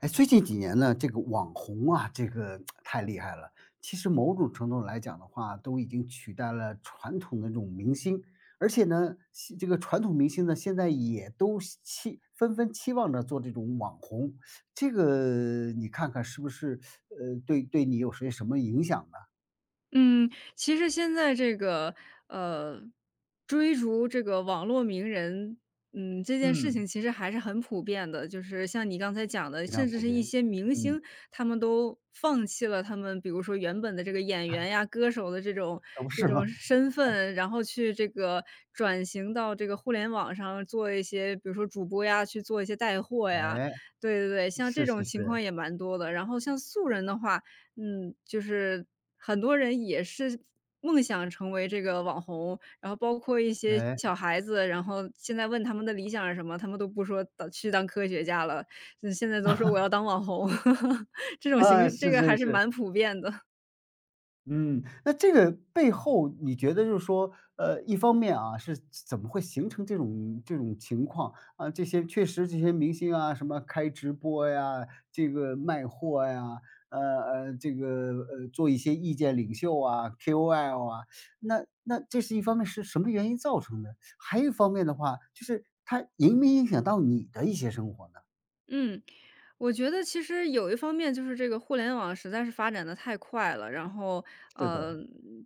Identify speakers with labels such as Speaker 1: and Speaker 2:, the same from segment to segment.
Speaker 1: 哎，最近几年呢，这个网红啊，这个太厉害了。其实某种程度来讲的话，都已经取代了传统的这种明星，而且呢，这个传统明星呢，现在也都纷纷期望着做这种网红。这个你看看是不是对对你有些什么影响呢？
Speaker 2: 嗯，其实现在这个，呃，追逐这个网络名人，这件事
Speaker 1: 嗯。
Speaker 2: 情其实还是很普遍的。就是像你刚才讲的，
Speaker 1: 非
Speaker 2: 甚
Speaker 1: 常
Speaker 2: 至
Speaker 1: 普
Speaker 2: 是
Speaker 1: 遍，
Speaker 2: 一些明
Speaker 1: 嗯，
Speaker 2: 星，他们都放弃了他们比如说原本的这个演员呀、歌手的这种
Speaker 1: 可不
Speaker 2: 这
Speaker 1: 是
Speaker 2: 种
Speaker 1: 吗？
Speaker 2: 身份，然后去这个转型到这个互联网上做一些，比如说主播呀，去做一些带货呀。
Speaker 1: 哎，
Speaker 2: 对对对，像这
Speaker 1: 是是
Speaker 2: 种情
Speaker 1: 是，
Speaker 2: 况也蛮多的。然后像素人的话，就是很多人也是梦想成为这个网红，然后包括一些
Speaker 1: 哎，
Speaker 2: 小孩子，然后现在问他们的理想是什么，他们都不说去当科学家了，现在都说我要当网红，这种行
Speaker 1: 啊，
Speaker 2: 为这
Speaker 1: 是
Speaker 2: 个
Speaker 1: 是
Speaker 2: 还是
Speaker 1: 是。
Speaker 2: 蛮普遍的。
Speaker 1: 嗯，那这个背后你觉得就是说，一方面啊，是怎么会形成这种情况？啊，确实这些明星啊，什么开直播呀，这个卖货呀，这个做一些意见领袖啊，KOL 啊，那这是一方面是什么原因造成的？还有一方面的话，就是它影没影响到你的一些生活呢？
Speaker 2: 嗯，我觉得其实有一方面就是这个互联网实在是发展的太快了，然后，
Speaker 1: 是的，
Speaker 2: 呃，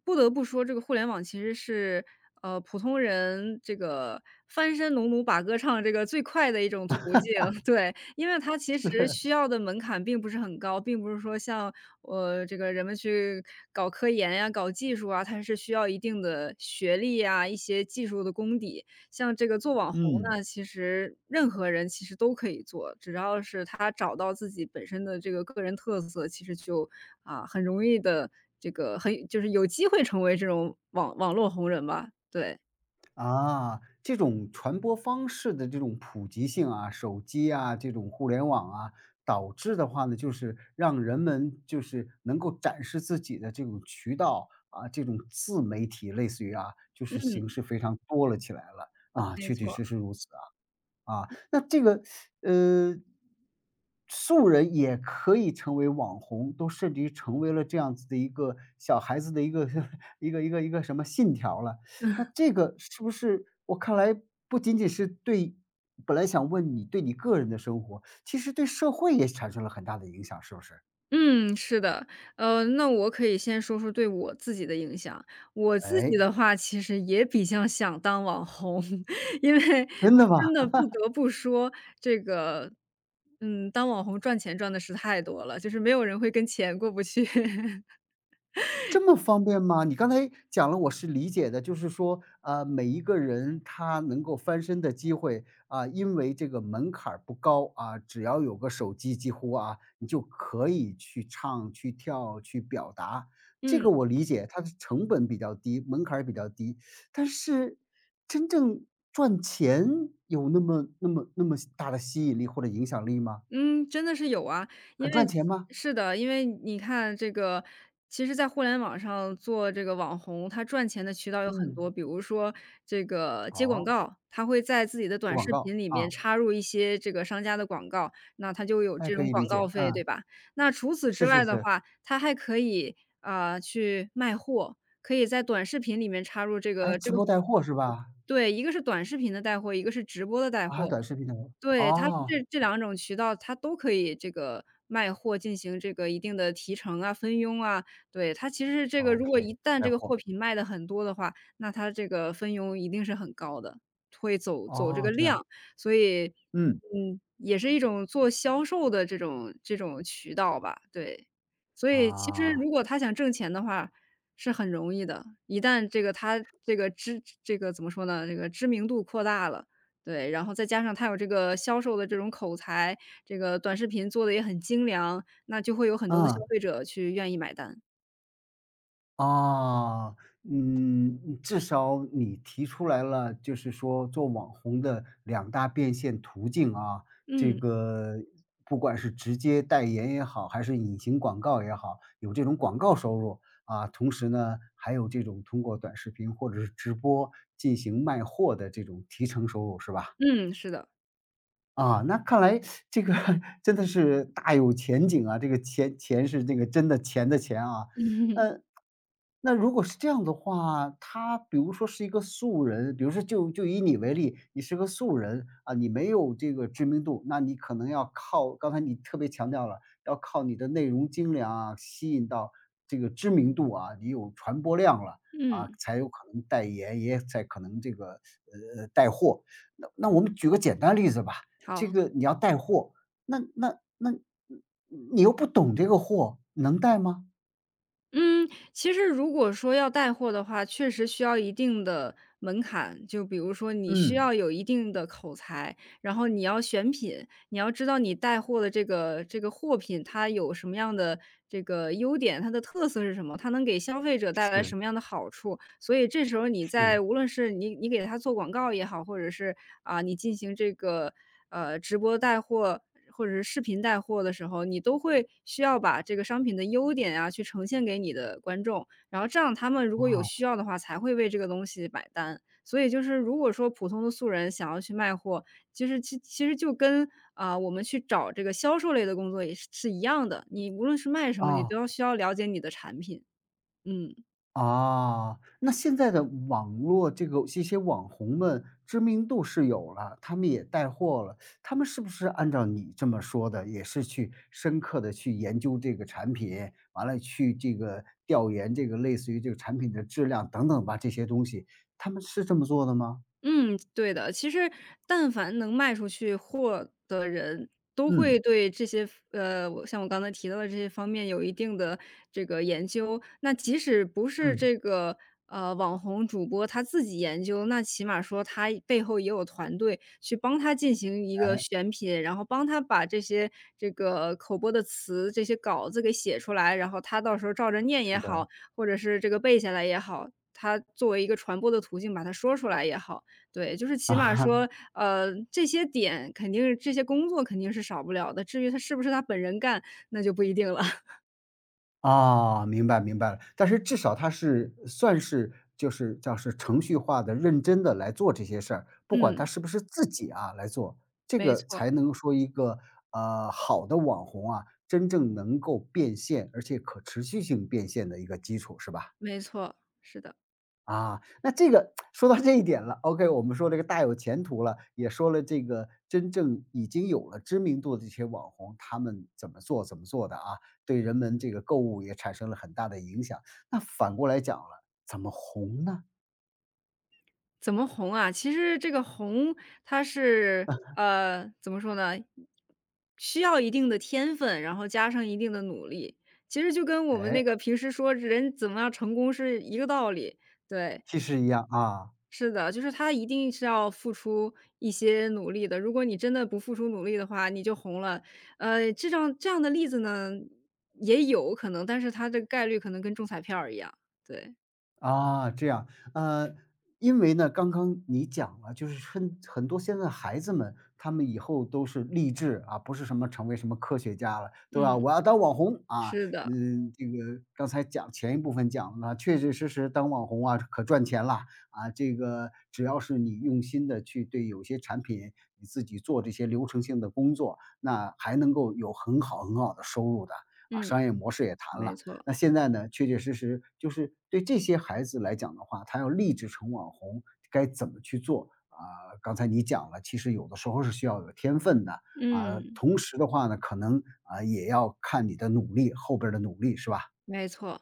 Speaker 2: 不得不说这个互联网其实是，普通人这个翻身农奴把歌唱这个最快的一种途径，对。因为它其 实
Speaker 1: 是，
Speaker 2: 需要的门槛并不是很高，并不是说像，这个人们去搞科研呀、搞技术啊，它是需要一定的学历啊、一些技术的功底。像这个做网红
Speaker 1: 嗯。
Speaker 2: 呢，其实任何人其实都可以做，只要是他找到自己本身的这个个人特色，其实就啊很容易的这个很就是有机会成为这种网络红人吧。对，
Speaker 1: 啊，这种传播方式的这种普及性啊，手机啊，这种互联网啊，导致的话呢，就是让人们就是能够展示自己的这种渠道啊，这种自媒体类似于啊，就是形
Speaker 2: 嗯，
Speaker 1: 式非常多了起来了，啊，
Speaker 2: 没
Speaker 1: 确确
Speaker 2: 错。
Speaker 1: 实实如此啊。啊，那这个，呃，素人也可以成为网红，都甚至于成为了这样子的一个小孩子的一个 一个什么信条了。那这个是不是我看来不仅仅是对本来想问你对你个人的生活，其实对社会也产生了很大的影响，是不是？
Speaker 2: 嗯，是的。那我可以先说说对我自己的影响。我自己
Speaker 1: 哎，
Speaker 2: 的话其实也比较想当网红，因为
Speaker 1: 真的吗？
Speaker 2: 真的不得不说这个，当网红赚钱赚的是太多了，就是没有人会跟钱过不去。
Speaker 1: 这么方便吗？你刚才讲了，我是理解的，就是说，每一个人他能够翻身的机会啊，因为这个门槛儿不高啊，只要有个手机，几乎啊，你就可以去唱、去跳、去表达。这
Speaker 2: 嗯。
Speaker 1: 个我理解，它的成本比较低，门槛儿比较低。但是真正赚钱有那么、那么、那么大的吸引力或者影响力吗？
Speaker 2: 嗯，真的是有啊，因
Speaker 1: 很
Speaker 2: 为
Speaker 1: 赚钱
Speaker 2: 其
Speaker 1: 吗？
Speaker 2: 是的，因为你看这个，其实，在互联网上做这个网红，他赚钱的渠道有很多，
Speaker 1: 嗯，
Speaker 2: 比如说这个接广
Speaker 1: 好，
Speaker 2: 告，他会在自己的
Speaker 1: 接
Speaker 2: 短
Speaker 1: 广
Speaker 2: 视
Speaker 1: 告
Speaker 2: 频里
Speaker 1: 啊，
Speaker 2: 面插入一些这个商家的广告，那他就有
Speaker 1: 哎，
Speaker 2: 这
Speaker 1: 可
Speaker 2: 种
Speaker 1: 以
Speaker 2: 广
Speaker 1: 理解，
Speaker 2: 告费，
Speaker 1: 啊。
Speaker 2: 对吧？那除此之
Speaker 1: 是是
Speaker 2: 外的
Speaker 1: 是，
Speaker 2: 话，他还可以啊、去卖货，可以在短视频里面插入这
Speaker 1: 哎，
Speaker 2: 个这
Speaker 1: 直
Speaker 2: 个，
Speaker 1: 播带货是吧？
Speaker 2: 对，一个是短视频的带货，一个是直播的带
Speaker 1: 啊，还有
Speaker 2: 货，
Speaker 1: 短视频带货，
Speaker 2: 对，它是
Speaker 1: 哦
Speaker 2: 这两种渠道，它都可以这个卖货进行这个一定的提成啊、分佣啊。对，它其实是这个如果
Speaker 1: ，OK，
Speaker 2: 一旦
Speaker 1: 带
Speaker 2: 这个
Speaker 1: 货，
Speaker 2: 货品卖的很多的话，那它这个分佣一定是很高的，会走走这
Speaker 1: 哦，
Speaker 2: 个
Speaker 1: 这样，
Speaker 2: 量。所以，
Speaker 1: 嗯，
Speaker 2: 也是一种做销售的这种渠道吧，对。所以其实
Speaker 1: 啊，
Speaker 2: 如果他想挣钱的话，是很容易的，一旦这个他这个知这个怎么说呢，这个知名度扩大了，对，然后再加上他有这个销售的这种口才，这个短视频做的也很精良，那就会有很多的消
Speaker 1: 嗯，
Speaker 2: 费者去愿意买单。
Speaker 1: 啊，嗯，至少你提出来了，就是说做网红的两大变现途径啊，这
Speaker 2: 嗯。
Speaker 1: 个不管是直接代言也好，还是隐形广告也好，有这种广告收入，啊，同时呢，还有这种通过短视频或者是直播进行卖货的这种提成收入，是吧？
Speaker 2: 嗯，是的。
Speaker 1: 啊，那看来这个 真的是大有前景啊！这个钱钱是这个真的钱的钱啊。呃，那如果是这样的话，他比如说是一个素人，比如说就以你为例，你是个素人啊，你没有这个知名度，那你可能要靠刚才你特别强调了，要靠你的内容精良啊，吸引到这个知名度啊，你有传播量了啊，
Speaker 2: 嗯。
Speaker 1: 才有可能代言，也才可能这个带货。那我们举个简单例子吧。这
Speaker 2: 好，
Speaker 1: 个你要带货，那你又不懂这个货，能带吗？
Speaker 2: 嗯，其实如果说要带货的话，确实需要一定的门槛，就比如说你需
Speaker 1: 嗯，
Speaker 2: 要有一定的口才，然后你要选品，你要知道你带货的这个这个货品，它有什么样的这个优点，它的特色是什么，它能给消费者带来
Speaker 1: 是
Speaker 2: 什么样的好处，所以这时候你在
Speaker 1: 是，
Speaker 2: 无论是你给他做广告也好，或者是啊你进行这个直播带货或者是视频带货的时候，你都会需要把这个商品的优点啊去呈现给你的观众，然后这样他们如果有
Speaker 1: 哇，
Speaker 2: 需要的话，才会为这个东西买单。所以就是如果说普通的素人想要去卖货，其实就跟啊、我们去找这个销售类的工作也是是一样的，你无论是卖什么，你
Speaker 1: 啊
Speaker 2: 都要需要了解你的产品，嗯。
Speaker 1: 啊，那现在的网络这些网红们知名度是有了，他们也带货了，他们是不是按照你这么说的，也是去深刻的去研究这个产品，完了去这个调研这个类似于这个产品的质量等等吧，这些东西，他们是这么做的吗？
Speaker 2: 嗯，对的。其实但凡能卖出去货的人，都
Speaker 1: 嗯。
Speaker 2: 会对这些像我刚才提到的这些方面有一定的这个研究。那即使不是
Speaker 1: 嗯，
Speaker 2: 这个，网红主播他自己研究，那起码说他背后也有团队去帮他进行一个
Speaker 1: 哎，
Speaker 2: 选品，然后帮他把这些这个口播的词、这些稿子给写出来，然后他到时候照着念
Speaker 1: 是
Speaker 2: 也
Speaker 1: 的。
Speaker 2: 好，或者是这个背下来也好，他作为一个传播的途径把它说出来也好。对，就是 起
Speaker 1: 啊，
Speaker 2: 码
Speaker 1: 啊！
Speaker 2: 说，这些点肯定是这些工作肯定是少不了的，至于他是不是他本人干，那就不一定了。
Speaker 1: 哈，哦明白明白了。但是至少他是算是就是叫是程序化的、认真的来做这些事儿，不管他
Speaker 2: 嗯，
Speaker 1: 是不是自己啊来做，这
Speaker 2: 没
Speaker 1: 个
Speaker 2: 错，
Speaker 1: 才能说一个，好的网红啊，真正能够变现，而且可持续性变现的一个基础，是吧？
Speaker 2: 没错，是的。
Speaker 1: 啊，那这个说到这一点了，OK，我们说这个大有前途了，也说了这个真正已经有了知名度的这些网红，他们怎么做的啊，对人们这个购物也产生了很大的影响。那反过来讲了，怎么红呢？
Speaker 2: 怎么红啊？其实这个红，它是怎么说呢？需要一定的天分，然后加上一定的努力，其实就跟我们
Speaker 1: 哎，
Speaker 2: 那个平时说人怎么样成功是一个道理，对。
Speaker 1: 其实一样啊。
Speaker 2: 是的，就是他一定是要付出一些努力的，如果你真的不付出努力的话，你就红了。这样的例子呢，也有可能，但是它的概率可能跟中彩票儿一样，对。
Speaker 1: 啊，这样，呃，因为呢，刚刚你讲了，就是很多现在孩子们，他们以后都是励志啊，不是什么成为什么科学家了，对吧？
Speaker 2: 嗯。
Speaker 1: 我要当网红啊，
Speaker 2: 是的，
Speaker 1: 嗯，这个刚才讲前一部分讲了，确确实实当网红啊，可赚钱啦啊，这个只要是你用心的去对有些产品，你自己做这些流程性的工作，那还能够有很好很好的收入的啊，
Speaker 2: 嗯。
Speaker 1: 商业模式也谈
Speaker 2: 没
Speaker 1: 了。
Speaker 2: 错。
Speaker 1: 那现在呢，确确实实就是对这些孩子来讲的话，他要立志成网红，该怎么去做？啊，刚才你讲了，其实有的时候是需要有天分的，啊，
Speaker 2: 嗯。
Speaker 1: 同时的话呢，可能啊也要看你的努力，后边儿的努力是吧？
Speaker 2: 没错，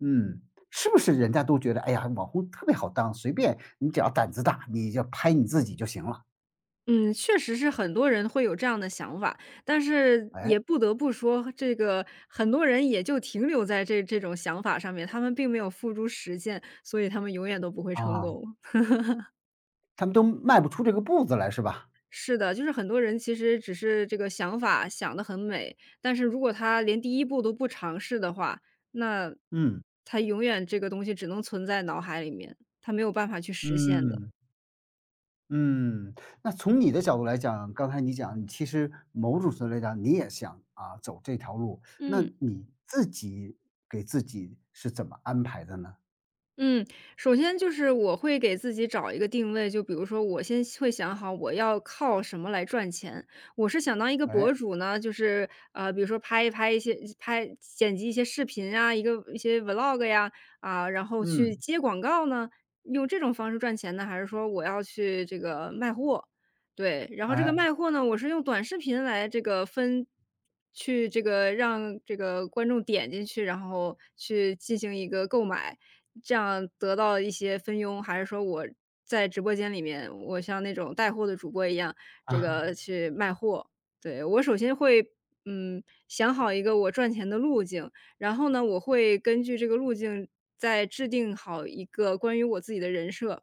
Speaker 1: 嗯，是不是人家都觉得，哎呀，网红特别好当，随便你只要胆子大，你就拍你自己就行了。
Speaker 2: 嗯，确实是很多人会有这样的想法，但是
Speaker 1: 哎，
Speaker 2: 也不得不说，这个很多人也就停留在这种想法上面，他们并没有付诸实践，所以他们永远都不会成
Speaker 1: 啊，
Speaker 2: 功。
Speaker 1: 他们都迈不出这个步子来是吧？
Speaker 2: 是的，就是很多人其实只是这个想法想得很美，但是如果他连第一步都不尝试的话，那
Speaker 1: 嗯，
Speaker 2: 他永远这个东西只能存在脑海里面，他没有办法去实现的。
Speaker 1: 嗯。嗯，那从你的角度来讲，刚才你讲，你其实某种程度来讲，你也想啊走这条路，那
Speaker 2: 嗯。
Speaker 1: 你自己给自己是怎么安排的呢？
Speaker 2: 嗯，首先就是我会给自己找一个定位，就比如说我先会想好我要靠什么来赚钱。我是想当一个
Speaker 1: 哎，
Speaker 2: 博主呢，就是比如说拍一拍一些拍剪辑一些视频啊，一些 vlog 呀啊，然后去
Speaker 1: 嗯，
Speaker 2: 接广告呢，用这种方式赚钱呢，还是说我要去这个卖货？对，然后这个
Speaker 1: 哎，
Speaker 2: 卖货呢，我是用短视频来这个去这个让这个观众点进去，然后去进行一个购买，这样得到一些分佣，还是说我在直播间里面，我像那种带货的主播一样，这
Speaker 1: 啊
Speaker 2: 个去卖货？对，我首先会，想好一个我赚钱的路径，然后呢，我会根据这个路径再制定好一个关于我自己的人设，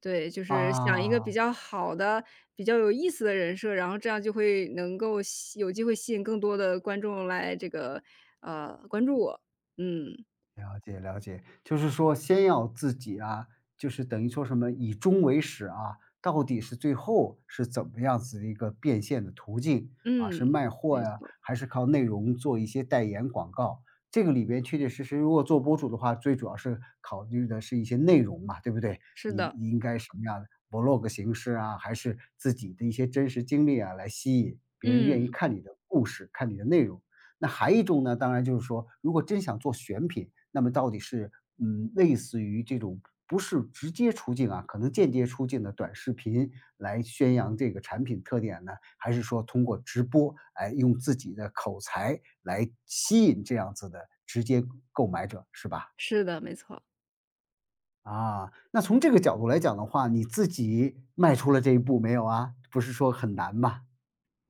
Speaker 2: 对，就是想一个比
Speaker 1: 啊。
Speaker 2: 较好的、比较有意思的人设，然后这样就会能够吸有机会吸引更多的观众来这个，关注我。嗯，
Speaker 1: 了解了解，就是说先要自己啊，就是等于说什么以终为始啊，到底是最后是怎么样子的一个变现的途径啊？是
Speaker 2: 嗯，
Speaker 1: 卖货
Speaker 2: 没
Speaker 1: 呀、
Speaker 2: 错，
Speaker 1: 还是靠内容做一些代言广告？这个里边确确实实，如果做博主的话，最主要是考虑的是一些内容嘛，对不对？
Speaker 2: 是
Speaker 1: 你
Speaker 2: 的，
Speaker 1: 你应该什么样的 vlog 形式啊，还是自己的一些真实经历啊，来吸引别人愿意
Speaker 2: 嗯，
Speaker 1: 看你的故事，看你的内容。那还一种呢，当然就是说，如果真想做选品，那么到底是类似于这种不是直接出镜啊，可能间接出镜的短视频来宣扬这个产品特点呢，还是说通过直播，哎，用自己的口才来吸引这样子的直接购买者，是吧？
Speaker 2: 是的，没错。
Speaker 1: 啊，那从这个角度来讲的话，你自己迈出了这一步没有啊？不是说很难吧？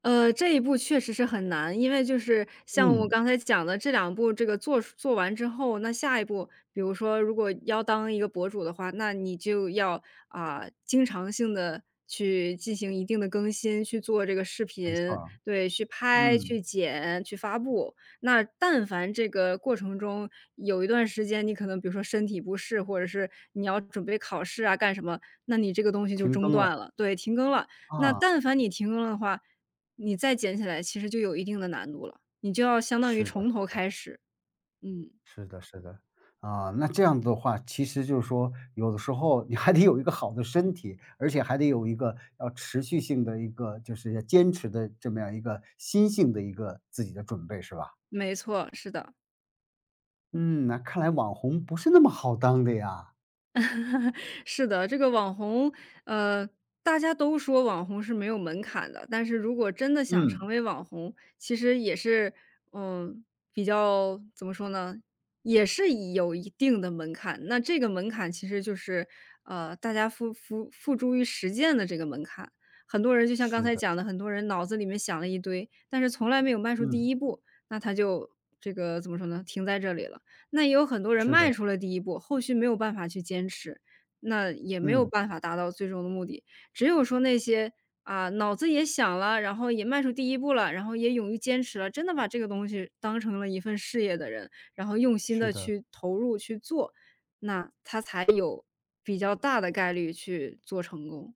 Speaker 2: 这一步确实是很难，因为就是像我
Speaker 1: 嗯，
Speaker 2: 刚才讲的这两步，这个做完之后，那下一步，比如说如果要当一个博主的话，那你就要啊、经常性的去进行一定的更新，去做这个视
Speaker 1: 没
Speaker 2: 频，
Speaker 1: 错儿，
Speaker 2: 对，去拍、
Speaker 1: 嗯，
Speaker 2: 去剪、去发布。那但凡这个过程中有一段时间，你可能比如说身体不适，或者是你要准备考试啊，干什么，那你这个东西就
Speaker 1: 停
Speaker 2: 中
Speaker 1: 更了，
Speaker 2: 断了，对，停更了。那
Speaker 1: 啊，
Speaker 2: 但凡你停更了的话，你再捡起来其实就有一定的难度了，你就要相当于
Speaker 1: 是的。
Speaker 2: 从头开始。嗯，
Speaker 1: 是的，是的，啊，那这样的话，其实就是说，有的时候你还得有一个好的身体，而且还得有一个要持续性的一个，就是要坚持的这么样一个心性的一个自己的准备，是吧？
Speaker 2: 没错，是的。
Speaker 1: 嗯，那看来网红不是那么好当的呀。
Speaker 2: 是的，这个网红，呃，大家都说网红是没有门槛的，但是如果真的想成
Speaker 1: 嗯，
Speaker 2: 为网红，其实也是，嗯，比较怎么说呢，也是以有一定的门槛。那这个门槛其实就是，大家付诸于实践的这个门槛。很多人就像刚
Speaker 1: 是
Speaker 2: 才
Speaker 1: 的，
Speaker 2: 讲
Speaker 1: 是
Speaker 2: 的，很多人脑子里面想了一堆，但是从来没有迈出第
Speaker 1: 嗯，
Speaker 2: 一步，那他就这个怎么说呢，停在这里了。那也有很多人
Speaker 1: 是的，
Speaker 2: 迈出了第一步，后续没有办法去坚持，那也没有
Speaker 1: 嗯，
Speaker 2: 办法达到最终的目的。只有说那些啊，脑子也想了，然后也迈出第一步了，然后也勇于坚持了，真的把这个东西当成了一份事业的人，然后用心
Speaker 1: 是
Speaker 2: 的
Speaker 1: 的。
Speaker 2: 去投入去做，那他才有比较大的概率去做成功。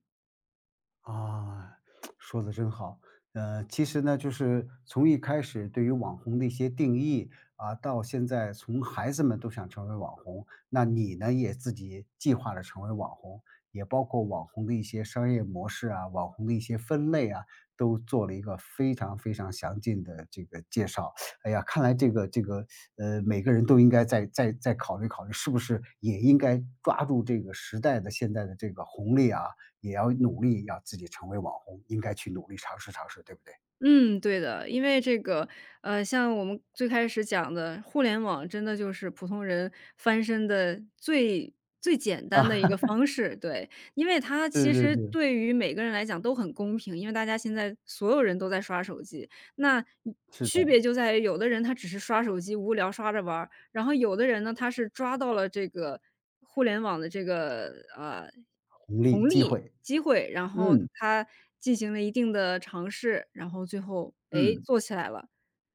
Speaker 1: 啊，说的真好。其实呢，就是从一开始对于网红的一些定义啊，到现在从孩子们都想成为网红，那你呢也自己计划着成为网红，也包括网红的一些商业模式啊，网红的一些分类啊，都做了一个非常非常详尽的这个介绍。哎呀，看来这个每个人都应该再考虑考虑，是不是也应该抓住这个时代的现在的这个红利啊，也要努力要自己成为网红，应该去努力尝试尝试，对不对？
Speaker 2: 嗯，对的，因为这个，像我们最开始讲的，互联网真的就是普通人翻身的最最简单的一
Speaker 1: 啊，
Speaker 2: 个方式，对，因为它
Speaker 1: 是
Speaker 2: 其
Speaker 1: 是
Speaker 2: 实
Speaker 1: 是。
Speaker 2: 对于每个人来讲都很公平，因为大家现在所有人都在刷手机，那你
Speaker 1: 是的，
Speaker 2: 区别就在于有的人他只是刷手机无聊刷着玩儿，然后有的人呢，他是抓到了这个互联网的这个，
Speaker 1: 红利、
Speaker 2: 红
Speaker 1: 机
Speaker 2: 利、
Speaker 1: 会，
Speaker 2: 机会，然后
Speaker 1: 嗯，
Speaker 2: 他进行了一定的尝试，然后最后，哎
Speaker 1: 嗯。
Speaker 2: 做起来了，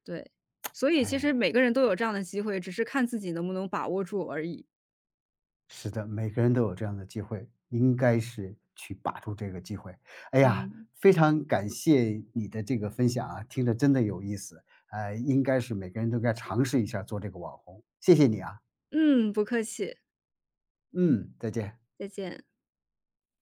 Speaker 2: 对。所以其实
Speaker 1: 哎，
Speaker 2: 每个人都有这样的机会，只是看自己能不能把握住而已。
Speaker 1: 是的，每个人都有这样的机会，应该是去把住这个机会。哎呀，
Speaker 2: 嗯。
Speaker 1: 非常感谢你的这个分享啊，听着真的有意思，应该是每个人都该尝试一下做这个网红，谢谢你啊，
Speaker 2: 嗯，不客气，
Speaker 1: 嗯，再见。
Speaker 2: 再见。